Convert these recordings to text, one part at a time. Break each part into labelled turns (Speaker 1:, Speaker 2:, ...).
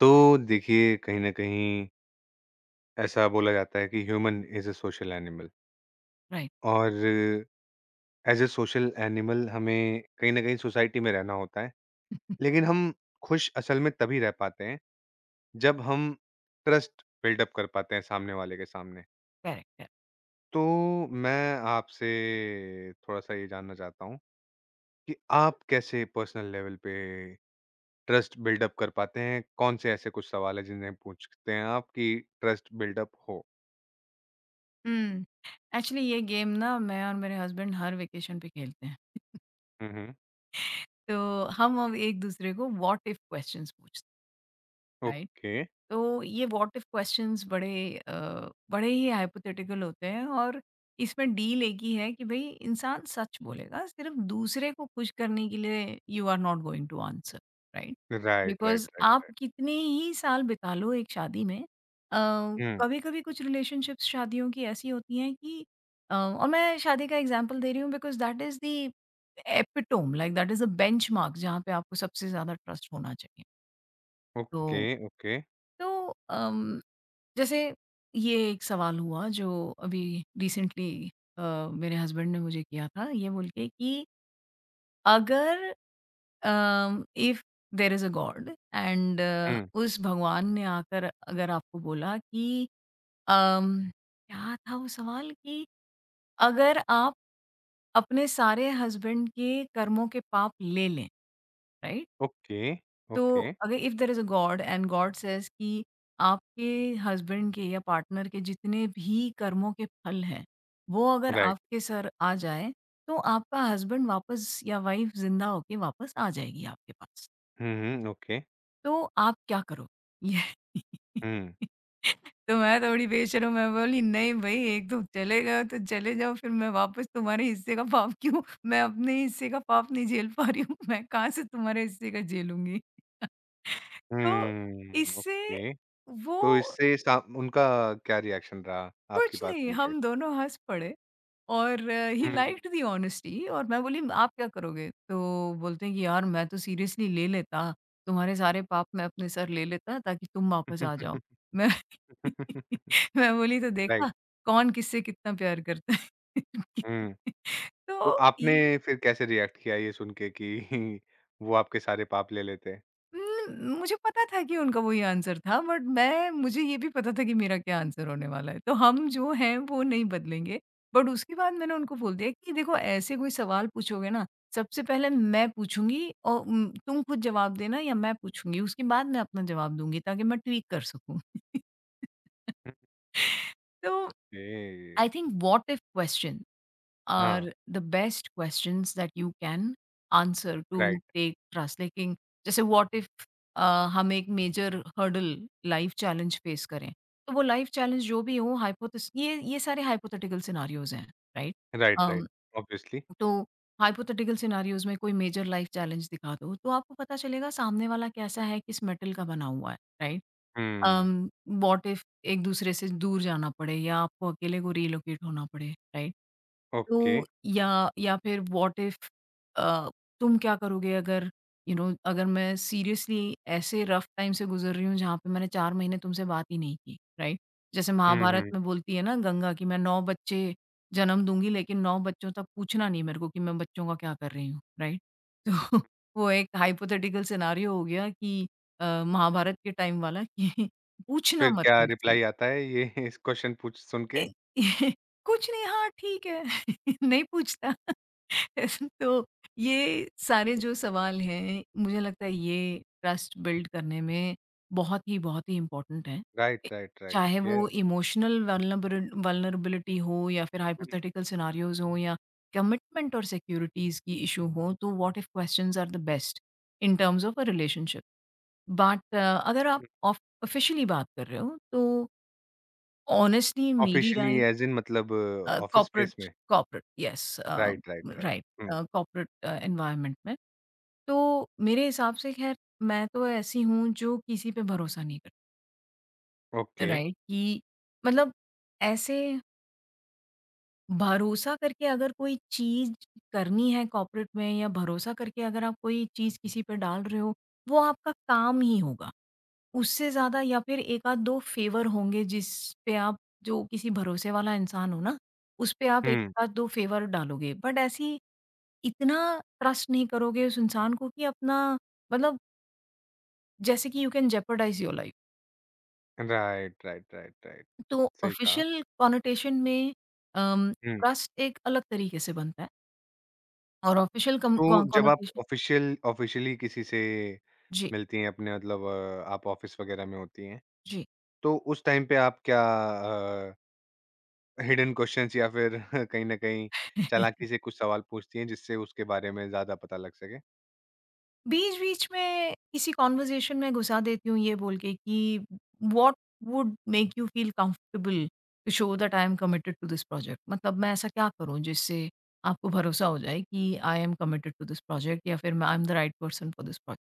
Speaker 1: तो देखिए, कहीं न कहीं ऐसा बोला जाता है कि human is a social animal.
Speaker 2: Right.
Speaker 1: और एज़ अ सोशल एनिमल हमें कहीं न कहीं सोसाइटी में रहना होता है। लेकिन हम खुश असल में तभी रह पाते हैं जब हम ट्रस्ट बिल्ड अप कर पाते हैं सामने वाले के सामने।
Speaker 2: Correct, correct.
Speaker 1: तो मैं आपसे थोड़ा-सा ये जानना चाहता हूँ कि आप कैसे पर्सनल लेवल पे ट्रस्ट बिल्ड अप कर पाते हैं? कौन से ऐसे कुछ सवाल हैं जिन्हें पूछते हैं आप कि ट्रस्ट बिल्ड अप हो?
Speaker 2: एक्चुअली ये गेम ना मैं और मेरे हस्बैंड हर वेकेशन पे खेलते हैं।
Speaker 1: हुँ, हुँ।
Speaker 2: तो हम अब एक दूसरे को व्हाट इफ क्वेश्चंस पूछते हैं,
Speaker 1: ओके।
Speaker 2: तो ये व्हाट इफ क्वेश्चंस बड़े ही हाइपोथेटिकल होते हैं और इसमें डील एक ही है कि भाई इंसान सच बोलेगा, सिर्फ दूसरे को खुश करने के लिए you are not going to answer. Right.
Speaker 1: Right, right,
Speaker 2: because आप
Speaker 1: राइट।
Speaker 2: कितने ही साल बिता लो एक शादी में,
Speaker 1: हुँ,
Speaker 2: कभी कभी कुछ रिलेशनशिप्स शादियों की ऐसी होती हैं कि और मैं शादी का एग्जाम्पल दे रही हूँ because that is the epitome. Like that is a benchmark जहाँ पे आपको सबसे ज्यादा ट्रस्ट होना चाहिए।
Speaker 1: ओके,
Speaker 2: तो
Speaker 1: ओके।
Speaker 2: तो जैसे ये एक सवाल हुआ जो अभी रिसेंटली अ, मेरे हस्बैंड ने मुझे किया था, ये बोल के कि अगर if there is a god and
Speaker 1: हुँ,
Speaker 2: उस भगवान ने आकर अगर आपको बोला कि अम, क्या था वो सवाल, कि अगर आप अपने सारे हस्बैंड के कर्मों के पाप ले लें। राइट।
Speaker 1: ओके,
Speaker 2: तो
Speaker 1: ओके,
Speaker 2: अगर if there is a god and god says कि आपके हस्बैंड के या पार्टनर के जितने भी कर्मों के फल हैं, वो अगर
Speaker 1: राइट।
Speaker 2: आपके सर आ जाए, तो आपका हस्बैंड वापस, या वाइफ ज़िंदा होके वापस आ जाएगी आपके पास।
Speaker 1: हुँ, हुँ, ओके।
Speaker 2: तो आप क्या करोगे? ये
Speaker 1: हुँ,
Speaker 2: तो मैं थोड़ी बेशर्म, मैं बोली, "नहीं भई, एक तो चले गए हो तो चले जाओ, फिर मैं वापस तुम्हारे हिस्से का पाप क्यों, मैं अपने हिस्से का पाप नहीं झेल पा रही हूँ, मैं कहाँ से तुम्हारे हिस्से का झेलूँगी।" तो
Speaker 1: हुँ,
Speaker 2: इससे
Speaker 1: ओके।
Speaker 2: वो,
Speaker 1: तो इससे सा उनका क्या रिएक्शन रहा आपकी
Speaker 2: कुछ
Speaker 1: बात
Speaker 2: नहीं,
Speaker 1: सुन के?
Speaker 2: हम दोनों हँस पड़े और ही
Speaker 1: हुँ।
Speaker 2: Liked the honesty. और मैं बोली, आप क्या करोगे? तो बोलते हैं कि यार मैं तो सीरियसली ले लेता, तुम्हारे सारे पाप मैं अपने सर ले लेता ताकि तुम वापस आ जाओ। मैं मैं बोली, तो
Speaker 1: राइट,
Speaker 2: देखा कौन किससे कितना प्यार करता है।
Speaker 1: हुँ। तो
Speaker 2: तो
Speaker 1: आपने
Speaker 2: इ
Speaker 1: फिर कैसे रिएक्ट किया ये सुन के कि वो आपके सारे पाप ले लेते हैं?
Speaker 2: मुझे पता था कि उनका वही आंसर था, बट मैं मुझे ये भी पता था कि मेरा क्या आंसर होने वाला है। तो हम जो हैं वो नहीं बदलेंगे। बट उसके बाद मैंने उनको बोल दिया कि देखो ऐसे कोई सवाल पूछोगे ना, सबसे पहले मैं पूछूँगी और तुम खुद जवाब देना, या मैं पूछूँगी, उसके बाद मैं अपना जवाब दूँगी, ताकि मैं ट्वीक कर सकूँ। तो
Speaker 1: okay.
Speaker 2: I think what if question
Speaker 1: हाँ,
Speaker 2: are the best questions that you can answer to
Speaker 1: right,
Speaker 2: take trust. Like जैसे व्हाट इफ हम एक major hurdle, life challenge face करें, तो वो लाइफ चैलेंज जो भी हो, हाइपोथेस ये सारे हाइपोथेटिकल सिनारियोज हैं। राइट।
Speaker 1: Right, right, obviously.
Speaker 2: तो हाइपोथेटिकल सिनारियोज में कोई मेजर लाइफ चैलेंज दिखा दो, तो आपको पता चलेगा सामने वाला कैसा है, किस मेटल का बना हुआ है। राइट।
Speaker 1: हुँ,
Speaker 2: वॉट इफ एक दूसरे से दूर जाना पड़े या आपको अकेले को रिलोकेट होना पड़े। राइट।
Speaker 1: ओके।
Speaker 2: तो या, फिर व्हाट इफ, अ, तुम क्या करोगे अगर, अगर मैं सीरियसली ऐसे रफ टाइम से गुज़र रही हूँ जहाँ पे मैंने 4 महीने तुमसे बात ही नहीं की, राइट? जैसे
Speaker 1: हुँ,
Speaker 2: महाभारत
Speaker 1: हुँ।
Speaker 2: में बोलती है ना गंगा, कि मैं 9 बच्चे जन्म दूँगी लेकिन 9 बच्चों तक पूछना नहीं मेरे को कि मैं बच्चों का क्या कर रही हूँ, राइट? तो वो एक हाइपोथेटिकल सिनेरियो हो गया, कि महाभारत के टाइम वाला, कि पूछना
Speaker 1: फिर
Speaker 2: मत
Speaker 1: क्या
Speaker 2: मेरे से।
Speaker 1: रिप्लाई आता है ये इस क्वेश्चन पूछ सुन के?
Speaker 2: ए कुछ नहीं, हाँ, ठीक है। नहीं पूछता। तो ये सारे जो सवाल हैं, मुझे लगता है ये ट्रस्ट बिल्ड करने में बहुत ही इम्पोर्टेंट हैं। ए
Speaker 1: राइट, राइट, राइट।
Speaker 2: चाहे वो
Speaker 1: यस।
Speaker 2: इमोशनल, वल्नबर वल्नरेबिलिटी हो, या फिर
Speaker 1: हुँ,
Speaker 2: हाइपोथेटिकल सिनेरियोज़ हों, या कमिटमेंट और सिक्योरिटीज़ की इश्यू हो, तो what if questions are the best in terms of a relationship. But अगर आप
Speaker 1: हुँ।
Speaker 2: ऑफ ऑफिशियली बात कर रहे हो, तो ऑनेस्टली मेरी
Speaker 1: ऑफिशियली
Speaker 2: राय,
Speaker 1: ऐज़ इन मतलब ऑफिस
Speaker 2: कॉर्पोरेट,
Speaker 1: स्पेस में?
Speaker 2: Corporate, yes,
Speaker 1: right, right, right.
Speaker 2: Right,
Speaker 1: हुँ,
Speaker 2: कॉर्पोरेट एनवायरनमेंट में। तो मेरे हिसाब से, ख़ैर, मैं तो ऐसी हूँ जो किसी पे भरोसा नहीं करती।
Speaker 1: ओके।
Speaker 2: राइट, कि मतलब ऐसे भरोसा करके अगर कोई चीज़ करनी है कॉर्पोरेट में, या भरोसा करके अगर आप कोई चीज़ किसी पे डाल रहे हो, वो आपका काम ही होगा। उससे ज़्यादा या फिर 1 आध 2 फ़ेवर होंगे, जिस पे आप, जो किसी भरोसे वाला इंसान हो ना, उस पे आप 1
Speaker 1: हुँ।
Speaker 2: आध 2 फ़ेवर डालोगे। बट ऐसी, इतना ट्रस्ट नहीं करोगे उस इंसान को कि अपना, मतलब जैसे कि you can jeopardise your life.
Speaker 1: Right, right, right, right.
Speaker 2: तो
Speaker 1: सही कहा।
Speaker 2: ऑफिशियल कॉनोटेशन में, अम,
Speaker 1: हुँ,
Speaker 2: ट्रस्ट एक अलग तरीके से बनता है, और ऑफिशियल कम
Speaker 1: तो
Speaker 2: कॉ
Speaker 1: जब आप
Speaker 2: कॉनोटेशन।
Speaker 1: ऑफिशियली किसी से
Speaker 2: जी,
Speaker 1: मिलती हैं अपने मतलब आप ऑफिस वगैरह में होती हैं,
Speaker 2: जी।
Speaker 1: तो उस टाइम पे आप क्या हिडन क्वेश्चंस या फिर कहीं न कहीं चालाकी से कुछ सवाल पूछती हैं जिससे उसके बारे में ज़्यादा पता लग सके?
Speaker 2: बीच-बीच में किसी कन्वर्सेशन में घुसा देती हूँ, ये बोल के कि what would make you feel comfortable to show that I am committed to this project? मतलब मैं ऐसा क्या करूँ जिससे आपको भरोसा हो जाए कि I am committed to this project, या फिर मैं I am the right person for this project?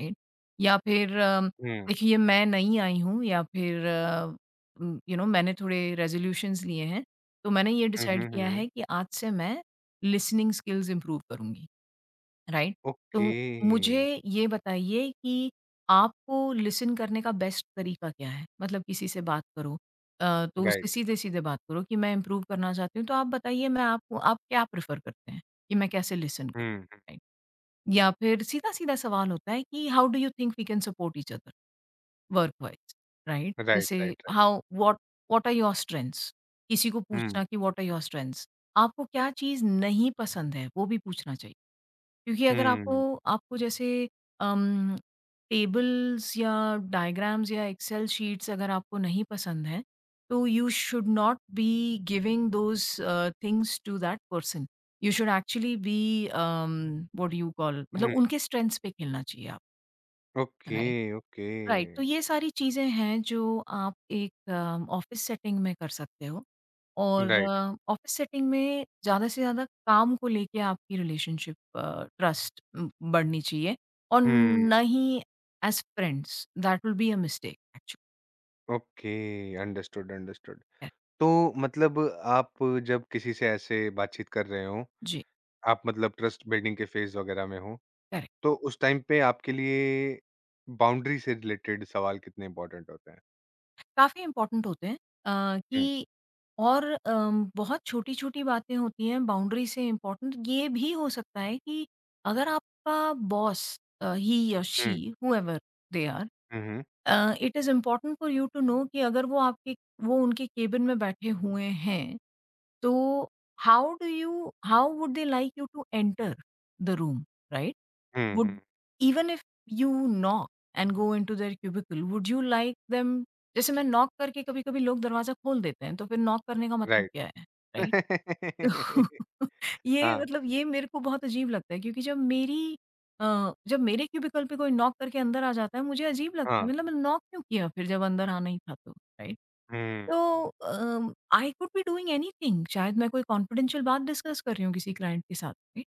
Speaker 2: Right? या फिर
Speaker 1: हुँ।
Speaker 2: देखिए ये मैं नई आई हूँ, या फिर मैंने थोड़े रेज़ोल्यूशंस लिए हैं, तो मैंने ये
Speaker 1: हुँ,
Speaker 2: डिसाइड
Speaker 1: हुँ,
Speaker 2: किया
Speaker 1: हुँ,
Speaker 2: है कि आज से मैं लिसनिंग स्किल्स इम्प्रूव करूँगी, राइट?
Speaker 1: ओके।
Speaker 2: तो मुझे ये बताइए कि आपको लिसन करने का बेस्ट तरीका क्या है? मतलब किसी से बात करो, तो उससे
Speaker 1: राइट।
Speaker 2: सीधे-सीधे बात करो कि मैं इम्प्रूव करना चाहती हूँ, तो आप बताइए, मैं आपको आप क्या प्रेफ़र करते हैं कि मैं कैसे लिसन करूँ?
Speaker 1: हुँ, हुँ,
Speaker 2: राइट? या फिर सीधा-सीधा सवाल होता है कि how do you think we can support each other workwise, right?
Speaker 1: Right,
Speaker 2: जैसे
Speaker 1: right, right,
Speaker 2: how what what are your strengths? किसी को
Speaker 1: हुँ,
Speaker 2: पूछना कि व्हाट आर योर स्ट्रेंथ्स? आपको क्या चीज़ नहीं पसंद है, वो भी पूछना चाहिए। क्योंकि अगर आपको
Speaker 1: हुँ,
Speaker 2: आपको जैसे अम, टेबल्स या डायग्राम्स या एक्सेल शीट्स अगर आपको नहीं पसंद हैं, तो you should not be giving those things to that person. You should actually be um, what do you call, मतलब
Speaker 1: हुँ,
Speaker 2: उनके स्ट्रेंथ्स पे खेलना चाहिए आप।
Speaker 1: Okay,
Speaker 2: right?
Speaker 1: ओके,
Speaker 2: राइट, तो ये सारी चीज़ें हैं जो आप एक ऑफिस सेटिंग में कर सकते हो, और
Speaker 1: राइट,
Speaker 2: ऑफिस सेटिंग में ज़्यादा से ज़्यादा काम को लेके आपकी रिलेशनशिप, ट्रस्ट बढ़नी चाहिए, और
Speaker 1: हुँ,
Speaker 2: ना ही as friends, that will be a mistake actually.
Speaker 1: Okay, understood, understood. तो मतलब आप जब किसी से ऐसे बातचीत कर रहे हों,
Speaker 2: जी।
Speaker 1: आप मतलब ट्रस्ट बिल्डिंग के फ़ेज़ वगैरह में हों, तो उस टाइम पे आपके लिए बाउंड्री से रिलेटेड सवाल कितने इम्पोर्टेंट होते हैं?
Speaker 2: काफ़ी इम्पोर्टेंट होते हैं,
Speaker 1: हुँ,
Speaker 2: कि और बहुत छोटी-छोटी बातें होती हैं बाउंड्री से। इम्पोर्टेंट ये भी हो सकता है कि अगर आपका बॉस, ही या शी,
Speaker 1: हुँ,
Speaker 2: हूएवर दे आर,
Speaker 1: हुँ, हुँ,
Speaker 2: it is important for you to know कि अगर वो उनके केबिन में बैठे हुए हैं, तो how would they like you to enter the room, right?
Speaker 1: हुँ,
Speaker 2: Would,
Speaker 1: हुँ,
Speaker 2: even if you knock and go into their cubicle, would you like them, जैसे मैं नॉक करके, कभी-कभी लोग दरवाज़ा खोल देते हैं, तो फिर नॉक करने का मतलब
Speaker 1: राइट।
Speaker 2: क्या है, राइट? ये
Speaker 1: हाँ,
Speaker 2: मतलब, ये मेरे को बहुत अजीब लगता है, क्योंकि जब मेरे क्यूबिकल पे कोई नॉक करके अंदर आ जाता है, मुझे अजीब लगता
Speaker 1: हाँ,
Speaker 2: है, मतलब नॉक क्यों किया फिर जब अंदर आना ही था तो, राइट?
Speaker 1: हुँ।
Speaker 2: तो I could be doing anything, शायद मैं कोई कॉन्फिडेंशियल बात डिस्कस कर रही हूँ किसी क्लाइंट के साथ में,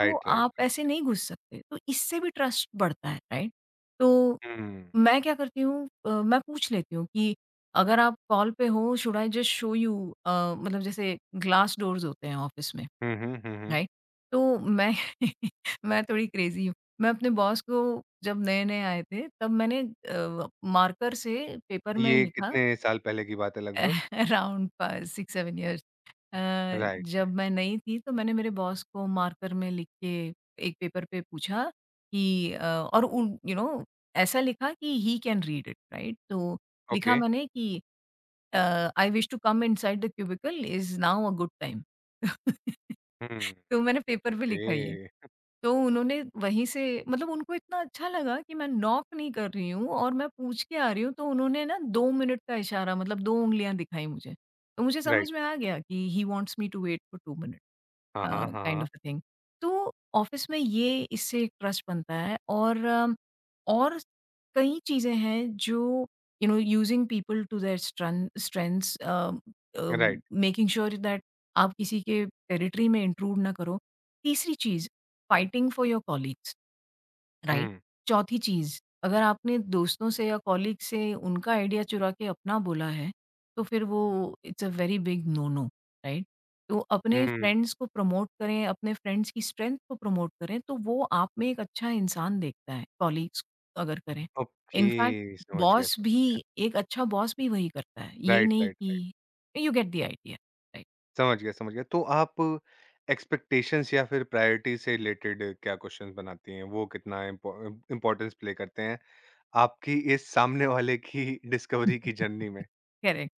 Speaker 2: तो
Speaker 1: राइट,
Speaker 2: आप ऐसे
Speaker 1: राइट।
Speaker 2: नहीं घुस सकते। तो इससे भी ट्रस्ट बढ़ता है, राइट? तो
Speaker 1: हुँ।
Speaker 2: मैं क्या करती हूँ, मैं पूछ लेती हूँ कि अगर आप कॉल पे हो, should I just show you, uh, मतलब जैसे ग्लास डोर्स होते हैं ऑफ़िस में,
Speaker 1: हुँ, हुँ, हुँ, हुँ।
Speaker 2: राइट? तो मैं मैं थोड़ी क्रेज़ी हूँ। मैं अपने बॉस को जब नए-नए आए थे तब मैंने मार्कर से पेपर में
Speaker 1: ये
Speaker 2: लिखा।
Speaker 1: कितने साल पहले की बात है लगभग?
Speaker 2: Around 6-7 years, uh,
Speaker 1: right, right.
Speaker 2: जब मैं नई थी तो मैंने मेरे बॉस को मार्कर में लिख के एक पेपर पे पूछा कि और उन ऐसा लिखा कि he can read it right, तो
Speaker 1: ओके।
Speaker 2: लिखा मैंने कि I wish to come inside the cubicle, is now a good time.
Speaker 1: हुँ।
Speaker 2: तो मैंने पेपर पे लिखा ये।
Speaker 1: ओके।
Speaker 2: तो उन्होंने वहीं से, मतलब उनको इतना अच्छा लगा कि मैं नॉक नहीं कर रही हूँ और मैं पूछ के आ रही हूँ, तो उन्होंने ना 2 मिनट का इशारा, मतलब 2 उँगलियाँ दिखाई मुझे। तो मुझे समझ
Speaker 1: राइट।
Speaker 2: में आ गया कि he wants me to wait for 2 minute.
Speaker 1: हाँ,
Speaker 2: अ,
Speaker 1: हाँ, हाँ,
Speaker 2: काइंड
Speaker 1: हाँ।
Speaker 2: Of a thing. तो ऑफ़िस में ये, इससे एक ट्रस्ट बनता है, और और कई चीज़ें हैं जो यूज़िंग पीपल टू देयर स्ट्रेन strengths,
Speaker 1: right.
Speaker 2: Making sure that आप किसी के टेरिटरी में इंट्रूड ना करो। तीसरी चीज़, fighting for your colleagues. Right.
Speaker 1: हुँ।
Speaker 2: चौथी चीज़, अगर आपने दोस्तों से या कॉलीग से उनका आइडिया चुरा के अपना बोला है, तो फिर वो it's a very big no no, right? तो अपने
Speaker 1: हुँ।
Speaker 2: फ्रेंड्स को प्रमोट करें, अपने फ्रेंड्स की स्ट्रेंथ को प्रमोट करें, तो वो आप में एक अच्छा इंसान देखता है, कॉलीग्स अगर करें। इनफैक्ट
Speaker 1: ओके, समझ गया,
Speaker 2: बॉस
Speaker 1: समझ गया।
Speaker 2: भी एक अच्छा बॉस भी वही करता है, ये
Speaker 1: राइट,
Speaker 2: नहीं
Speaker 1: राइट, राइट।
Speaker 2: कि you get the idea, right?
Speaker 1: समझ गया, समझ गया। तो आप एक्सपेक्टेशंस या फिर प्रायोरिटी से रिलेटेड क्या क्वेश्चंस बनाती हैं? वो कितना इम्पोर्टेंस प्ले करते हैं आपकी इस सामने वाले की डिस्कवरी की जर्नी में?
Speaker 2: करेक्ट।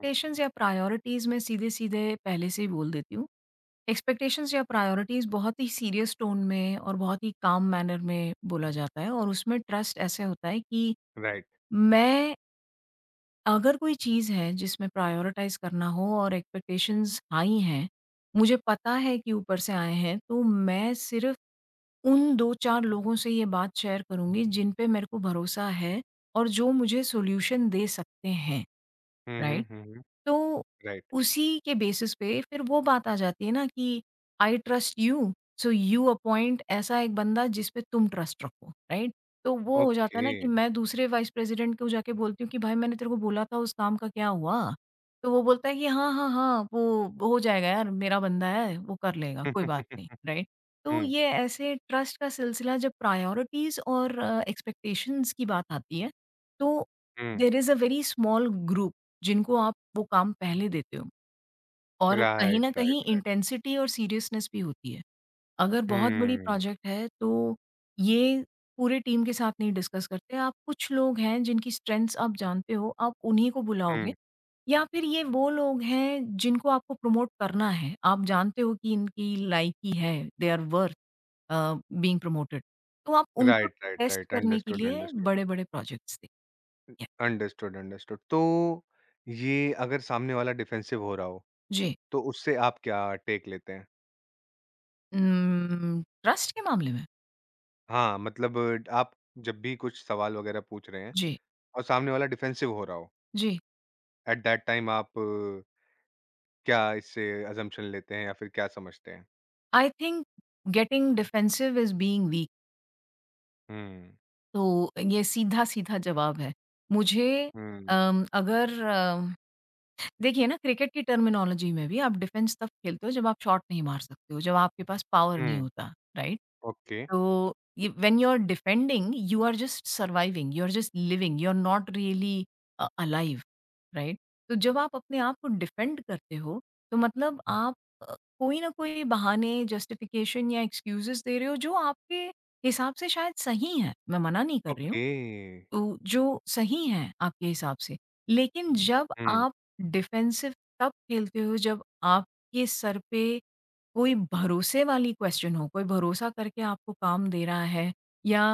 Speaker 1: हुँ।
Speaker 2: या प्रायोरिटीज़ मैं सीधे-सीधे पहले से ही बोल देती हूँ। एक्सपेक्टेशंस या प्रायोरिटीज़ बहुत ही सीरियस टोन में और बहुत ही काम मैनर में बोला जाता है और उसमें ट्रस्ट ऐसे होता है कि
Speaker 1: राइट।
Speaker 2: मैं अगर कोई चीज़ है जिसमें प्रायोरिटाइज़ करना हो और एक्सपेक्टेशंस हाई हैं, मुझे पता है कि ऊपर से आए हैं, तो मैं सिर्फ़ उन 2-4 लोगों से ये बात शेयर करूँगी जिन पे मेरे को भरोसा है और जो मुझे सॉल्यूशन दे सकते हैं,
Speaker 1: हुँ, हुँ,
Speaker 2: राइट?
Speaker 1: हुँ, हुँ।
Speaker 2: तो
Speaker 1: राइट।
Speaker 2: उसी के बेसिस पे फिर वो बात आ जाती है ना कि I trust you, so you appoint ऐसा एक बंदा जिस पे तुम ट्रस्ट रखो, राइट? तो वो हो जाता है
Speaker 1: ओके।
Speaker 2: ना कि मैं दूसरे वाइस प्रेज़िडेंट को जाके बोलती हूँ कि भाई मैंने तेरे को बोला था उस काम का क्या हुआ? तो वो बोलता है कि हाँ, हाँ, हाँ, वो हो जाएगा यार मेरा बंदा है, वो कर लेगा, कोई बात नहीं, राइट? तो
Speaker 1: Hmm.
Speaker 2: ये ऐसे ट्रस्ट का सिलसिला जब प्रायोरिटीज़ और एक्सपेक्टेशंस की बात आती है, तो
Speaker 1: Hmm.
Speaker 2: There is a very small group जिनको आप वो काम पहले देते हो और कहीं
Speaker 1: Right,
Speaker 2: न
Speaker 1: right,
Speaker 2: कहीं
Speaker 1: right.
Speaker 2: इंटेंसिटी और सीरियसनेस भी होती है। अगर बहुत बड़ी
Speaker 1: Hmm.
Speaker 2: प्रोजेक्ट है तो ये पूरे टीम के साथ नहीं डिस्कस करते, आप कुछ लोग हैं जिनकी स्ट्रेंथ्स आप जानते हो, आप उन्हीं को बुलाओगे
Speaker 1: Hmm.
Speaker 2: या फिर ये वो लोग हैं जिनको आपको प्रमोट करना है, आप जानते हो कि इनकी लायकी है, they are worth uh, being promoted. तो आप उनको
Speaker 1: Right, right,
Speaker 2: टेस्ट
Speaker 1: right.
Speaker 2: करने के
Speaker 1: Understood,
Speaker 2: लिए
Speaker 1: understood.
Speaker 2: बड़े-बड़े प्रोजेक्ट्स देते हैं।
Speaker 1: Understood, understood. तो ये अगर सामने वाला डिफेंसिव हो रहा हो,
Speaker 2: जी।
Speaker 1: तो उससे आप क्या टेक लेते हैं?
Speaker 2: ट्रस्ट के मामले में?
Speaker 1: हाँ, मतलब आप जब भी कुछ सवाल वगैरह पूछ रहे हैं
Speaker 2: जी,
Speaker 1: और सामने वाला डिफेंसिव हो रहा हो,
Speaker 2: जी।
Speaker 1: एट दैट टाइम आप क्या इससे अजम्पशन लेते हैं या फिर क्या समझते हैं?
Speaker 2: I think getting defensive is being weak
Speaker 1: हुँ,
Speaker 2: तो ये सीधा-सीधा जवाब है। मुझे
Speaker 1: हुँ,
Speaker 2: अम, अगर अ, देखिए ना क्रिकेट की टर्मिनोलॉजी में भी आप डिफेंस तब खेलते हो जब आप शॉट नहीं मार सकते हो, जब आपके पास पावर नहीं
Speaker 1: हुँ,
Speaker 2: होता, right?
Speaker 1: Okay,
Speaker 2: So, you when you're defending, you are just surviving, you are just living, you are not really alive, right? तो जब आप अपने आप को डिफेंड करते हो, तो मतलब आप कोई ना कोई बहाने, जस्टिफिकेशन या एक्सक्यूज़ेज़ दे रहे हो जो आपके हिसाब से शायद सही हैं, मैं मना नहीं कर रही हूँ,
Speaker 1: ओके।
Speaker 2: तो जो सही हैं आपके हिसाब से। लेकिन जब
Speaker 1: हुँ,
Speaker 2: आप डिफेंसिव तब खेलते हो जब आपके सर पे कोई भरोसे वाली क्वेश्चन हो, कोई भरोसा करके आपको काम दे रहा है या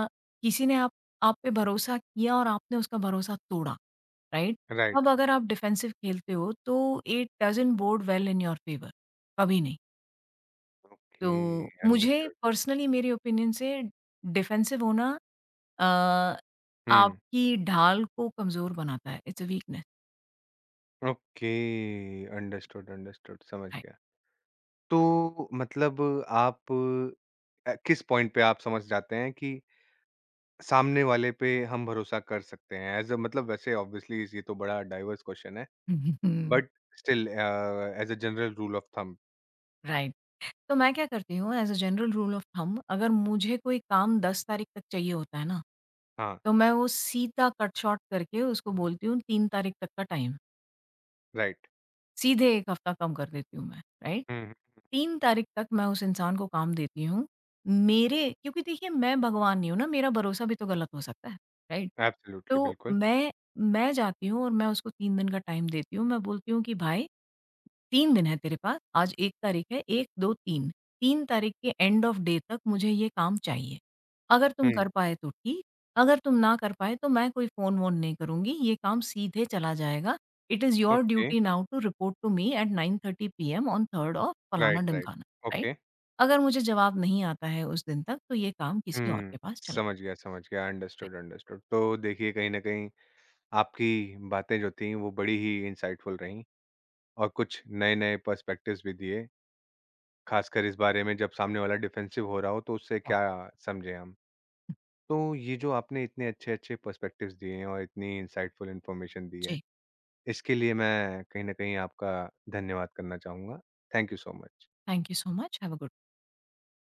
Speaker 2: किसी ने आप पे भरोसा किया और आपने उसका भरोसा तोड़ा, राइट?
Speaker 1: राइट,
Speaker 2: तब अगर आप डिफेंसिव खेलते हो तो it doesn't bode well in your favour, कभी नहीं।
Speaker 1: ओके,
Speaker 2: तो मुझे
Speaker 1: अंडरस्टूड।
Speaker 2: पर्सनली मेरे ओपिनियन से डिफेंसिव होना अ,
Speaker 1: हुँ।
Speaker 2: आपकी ढाल को कमज़ोर बनाता है। It's a weakness,
Speaker 1: okay, understood, understood, समझ
Speaker 2: राइट?
Speaker 1: गया। तो मतलब आप किस पॉइंट पे आप समझ जाते हैं कि सामने वाले पे हम भरोसा कर सकते हैं? ऐज़ अ मतलब वैसे ऑब्वियसली ये तो बड़ा डाइवर्स क्वेश्चन है, but still as a general rule of thumb.
Speaker 2: Right. तो मैं क्या करती हूँ as a general rule of thumb अगर मुझे कोई काम 10 तारीख तक चाहिए होता है ना,
Speaker 1: हाँ,
Speaker 2: तो मैं वो सीधा कट शॉर्ट करके उसको बोलती हूँ 3 तारीख तक का टाइम।
Speaker 1: राइट।
Speaker 2: सीधे 1 हफ्ता कम कर देती हूँ मैं, राइट?
Speaker 1: हुँ, हुँ।
Speaker 2: 3 तारीख तक मैं उस इंसान को काम देती हूँ। मेरे क्योंकि देखिए मैं भगवान नहीं हूँ ना, मेरा भरोसा भी तो गलत हो सकता है, राइट?
Speaker 1: एब्सोल्युटली,
Speaker 2: तो
Speaker 1: बिल्कुल।
Speaker 2: मैं जाती हूँ और मैं उसको 3 दिन का टाइम देती हूँ। मैं बोलती हूँ कि भाई 3 दिन है तेरे पास, आज 1 तारीख है, 1, 2, 3, 3 तारीख के एंड ऑफ डे तक मुझे ये काम चाहिए। अगर तुम
Speaker 1: हुँ,
Speaker 2: कर पाए तो ठीक, अगर तुम ना कर पाए तो मैं कोई फ़ोन-वोन नहीं करूँगी, ये काम सीधे चला जाएगा। It is your
Speaker 1: okay,
Speaker 2: duty now to report to me at 9:30 PM on 3rd of
Speaker 1: right, right,
Speaker 2: फलाना-ढिमकाना, राइट?
Speaker 1: ओके।
Speaker 2: अगर मुझे जवाब नहीं आता है उस दिन तक, तो ये काम किसी और
Speaker 1: हुँ,
Speaker 2: के पास चला
Speaker 1: समझ गया, अंडरस्टूड,
Speaker 2: जाएगा।
Speaker 1: अंडरस्टूड। तो देखिए, कहीं न कहीं आपकी बातें जो थीं, वो बड़ी ही इंसाइटफुल रहीं। और कुछ नए-नए पर्सपेक्टिव्स भी दिए, खासकर इस बारे में जब सामने वाला डिफेंसिव हो रहा हो तो उससे क्या समझें हम। तो ये जो आपने इतने अच्छे-अच्छे पर्सपेक्टिव्स दिए हैं और इतनी इनसाइटफुल इन्फॉर्मेशन दी है,
Speaker 2: जी,
Speaker 1: इसके लिए मैं कहीं न कहीं आपका धन्यवाद करना चाहूँगा। Thank you so much.
Speaker 2: Thank you so much, have a good